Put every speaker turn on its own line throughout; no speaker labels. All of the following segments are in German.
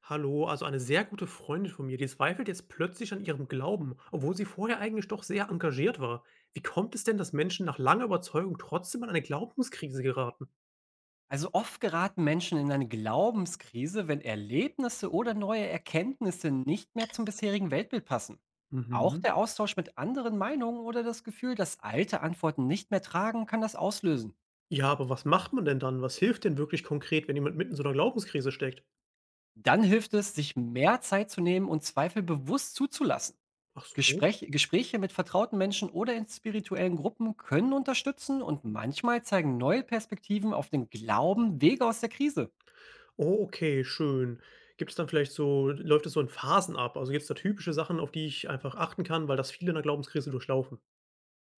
Hallo, also eine sehr gute Freundin von mir, die zweifelt jetzt plötzlich an ihrem Glauben, obwohl sie vorher eigentlich doch sehr engagiert war. Wie kommt es denn, dass Menschen nach langer Überzeugung trotzdem an eine Glaubenskrise geraten?
Also oft geraten Menschen in eine Glaubenskrise, wenn Erlebnisse oder neue Erkenntnisse nicht mehr zum bisherigen Weltbild passen. Auch
Mhm.
der Austausch mit anderen Meinungen oder das Gefühl, dass alte Antworten nicht mehr tragen, kann das auslösen.
Ja, aber was macht man denn dann? Was hilft denn wirklich konkret, wenn jemand mitten in so einer Glaubenskrise steckt?
Dann hilft es, sich mehr Zeit zu nehmen und Zweifel bewusst zuzulassen.
Ach so.
Gespräche mit vertrauten Menschen oder in spirituellen Gruppen können unterstützen, und manchmal zeigen neue Perspektiven auf den Glauben Wege aus der Krise.
Oh, okay, schön. Gibt es dann vielleicht so, läuft es so in Phasen ab? Also gibt es da typische Sachen, auf die ich einfach achten kann, weil das viele in einer Glaubenskrise durchlaufen?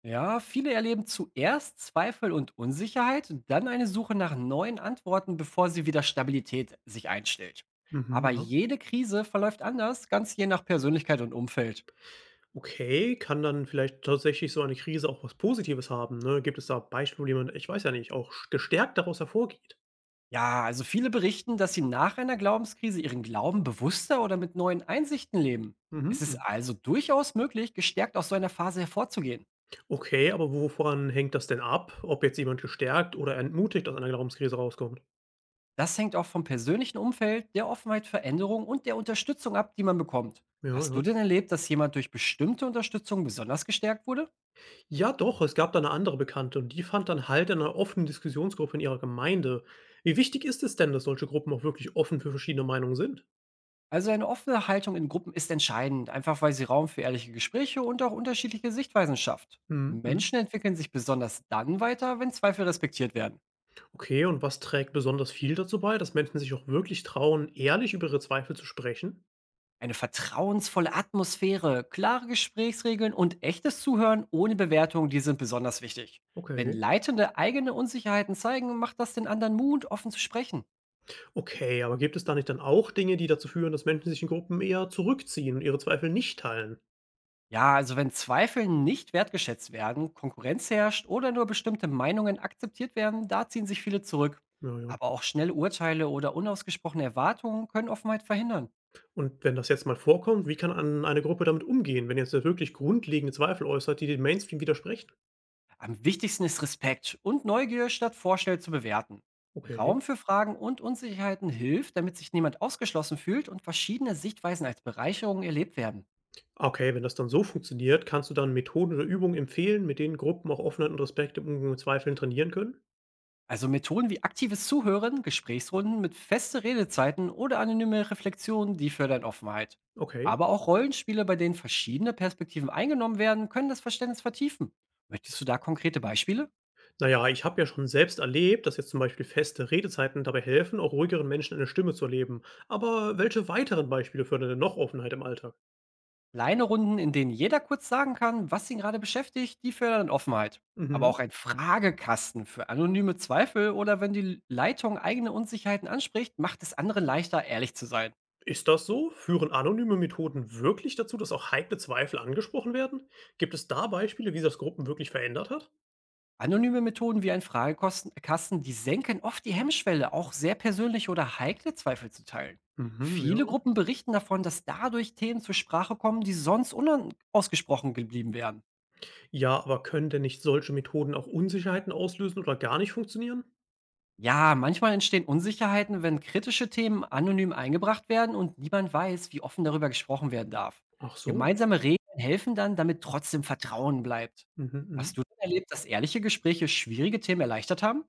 Ja, viele erleben zuerst Zweifel und Unsicherheit, dann eine Suche nach neuen Antworten, bevor sie wieder Stabilität sich einstellt.
Mhm.
Aber
Ja.
jede Krise verläuft anders, ganz je nach Persönlichkeit und Umfeld.
Okay, kann dann vielleicht tatsächlich so eine Krise auch was Positives haben, ne? Gibt es da Beispiele, wie man, ich weiß ja nicht, auch gestärkt daraus hervorgeht?
Ja, also viele berichten, dass sie nach einer Glaubenskrise ihren Glauben bewusster oder mit neuen Einsichten leben. Es
Mhm,
ist
hm.
also durchaus möglich, gestärkt aus so einer Phase hervorzugehen.
Okay, aber wo woran hängt das denn ab, ob jetzt jemand gestärkt oder entmutigt aus einer Glaubenskrise rauskommt?
Das hängt auch vom persönlichen Umfeld, der Offenheit für Änderungen und der Unterstützung ab, die man bekommt.
Ja,
Hast du
ja.
denn erlebt, dass jemand durch bestimmte Unterstützung besonders gestärkt wurde?
Ja, doch, es gab da eine andere Bekannte und die fand dann Halt in einer offenen Diskussionsgruppe in ihrer Gemeinde. Wie wichtig ist es denn, dass solche Gruppen auch wirklich offen für verschiedene Meinungen sind?
Also eine offene Haltung in Gruppen ist entscheidend, einfach weil sie Raum für ehrliche Gespräche und auch unterschiedliche Sichtweisen schafft.
Mhm, mhm.
Menschen entwickeln sich besonders dann weiter, wenn Zweifel respektiert werden.
Okay, und was trägt besonders viel dazu bei, dass Menschen sich auch wirklich trauen, ehrlich über ihre Zweifel zu sprechen?
Eine vertrauensvolle Atmosphäre, klare Gesprächsregeln und echtes Zuhören ohne Bewertung, die sind besonders wichtig. Wenn
Okay.
Leitende eigene Unsicherheiten zeigen, macht das den anderen Mut, offen zu sprechen.
Okay, aber gibt es da nicht dann auch Dinge, die dazu führen, dass Menschen sich in Gruppen eher zurückziehen und ihre Zweifel nicht teilen?
Ja, also wenn Zweifel nicht wertgeschätzt werden, Konkurrenz herrscht oder nur bestimmte Meinungen akzeptiert werden, da ziehen sich viele zurück.
Ja, ja.
Aber auch schnelle Urteile oder unausgesprochene Erwartungen können Offenheit verhindern.
Und wenn das jetzt mal vorkommt, wie kann an eine Gruppe damit umgehen, wenn jetzt wirklich grundlegende Zweifel äußert, die dem Mainstream widersprechen?
Am wichtigsten ist Respekt und Neugier statt Vorstell zu bewerten.
Okay.
Raum für Fragen und Unsicherheiten hilft, damit sich niemand ausgeschlossen fühlt und verschiedene Sichtweisen als Bereicherung erlebt werden.
Okay, wenn das dann so funktioniert, kannst du dann Methoden oder Übungen empfehlen, mit denen Gruppen auch Offenheit und Respekt im Umgang mit Zweifeln trainieren können?
Also Methoden wie aktives Zuhören, Gesprächsrunden mit feste Redezeiten oder anonyme Reflexionen, die fördern Offenheit.
Okay.
Aber auch Rollenspiele, bei denen verschiedene Perspektiven eingenommen werden, können das Verständnis vertiefen. Möchtest du da konkrete Beispiele?
Naja, ich habe ja schon selbst erlebt, dass jetzt zum Beispiel feste Redezeiten dabei helfen, auch ruhigeren Menschen eine Stimme zu erleben. Aber welche weiteren Beispiele fördern denn noch Offenheit im Alltag?
Kleine Runden, in denen jeder kurz sagen kann, was ihn gerade beschäftigt, die fördern Offenheit. Aber
Mhm.
auch ein Fragekasten für anonyme Zweifel oder wenn die Leitung eigene Unsicherheiten anspricht, macht es anderen leichter, ehrlich zu sein.
Ist das so? Führen anonyme Methoden wirklich dazu, dass auch heikle Zweifel angesprochen werden? Gibt es da Beispiele, wie sich das Gruppen wirklich verändert hat?
Anonyme Methoden wie ein Fragekasten, die senken oft die Hemmschwelle, auch sehr persönliche oder heikle Zweifel zu teilen.
Mhm, ja.
Viele Gruppen berichten davon, dass dadurch Themen zur Sprache kommen, die sonst unausgesprochen geblieben wären.
Ja, aber können denn nicht solche Methoden auch Unsicherheiten auslösen oder gar nicht funktionieren?
Ja, manchmal entstehen Unsicherheiten, wenn kritische Themen anonym eingebracht werden und niemand weiß, wie offen darüber gesprochen werden darf.
Ach so.
Gemeinsame Regeln helfen dann, damit trotzdem Vertrauen bleibt.
Mhm,
Hast
mhm.
du denn erlebt, dass ehrliche Gespräche schwierige Themen erleichtert haben?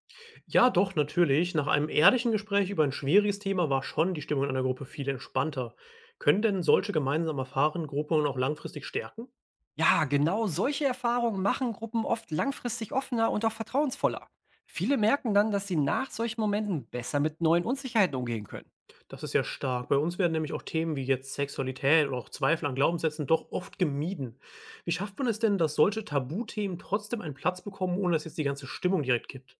Ja, doch, natürlich. Nach einem ehrlichen Gespräch über ein schwieriges Thema war schon die Stimmung in einer Gruppe viel entspannter. Können denn solche gemeinsam erfahrenen Gruppen auch langfristig stärken?
Ja, genau solche Erfahrungen machen Gruppen oft langfristig offener und auch vertrauensvoller. Viele merken dann, dass sie nach solchen Momenten besser mit neuen Unsicherheiten umgehen können.
Das ist ja stark. Bei uns werden nämlich auch Themen wie jetzt Sexualität oder auch Zweifel an Glaubenssätzen doch oft gemieden. Wie schafft man es denn, dass solche Tabuthemen trotzdem einen Platz bekommen, ohne dass jetzt die ganze Stimmung direkt kippt?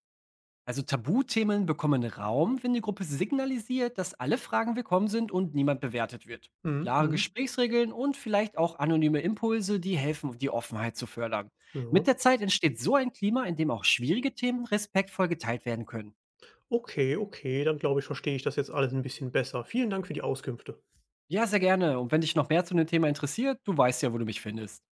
Also Tabuthemen bekommen Raum, wenn die Gruppe signalisiert, dass alle Fragen willkommen sind und niemand bewertet wird.
Mhm,
Klare
mhm.
Gesprächsregeln und vielleicht auch anonyme Impulse, die helfen, die Offenheit zu fördern. Mit
Ja.
der Zeit entsteht so ein Klima, in dem auch schwierige Themen respektvoll geteilt werden können.
Okay, okay, dann glaube ich, verstehe ich das jetzt alles ein bisschen besser. Vielen Dank für die Auskünfte.
Ja, sehr gerne. Und wenn dich noch mehr zu dem Thema interessiert, du weißt ja, wo du mich findest.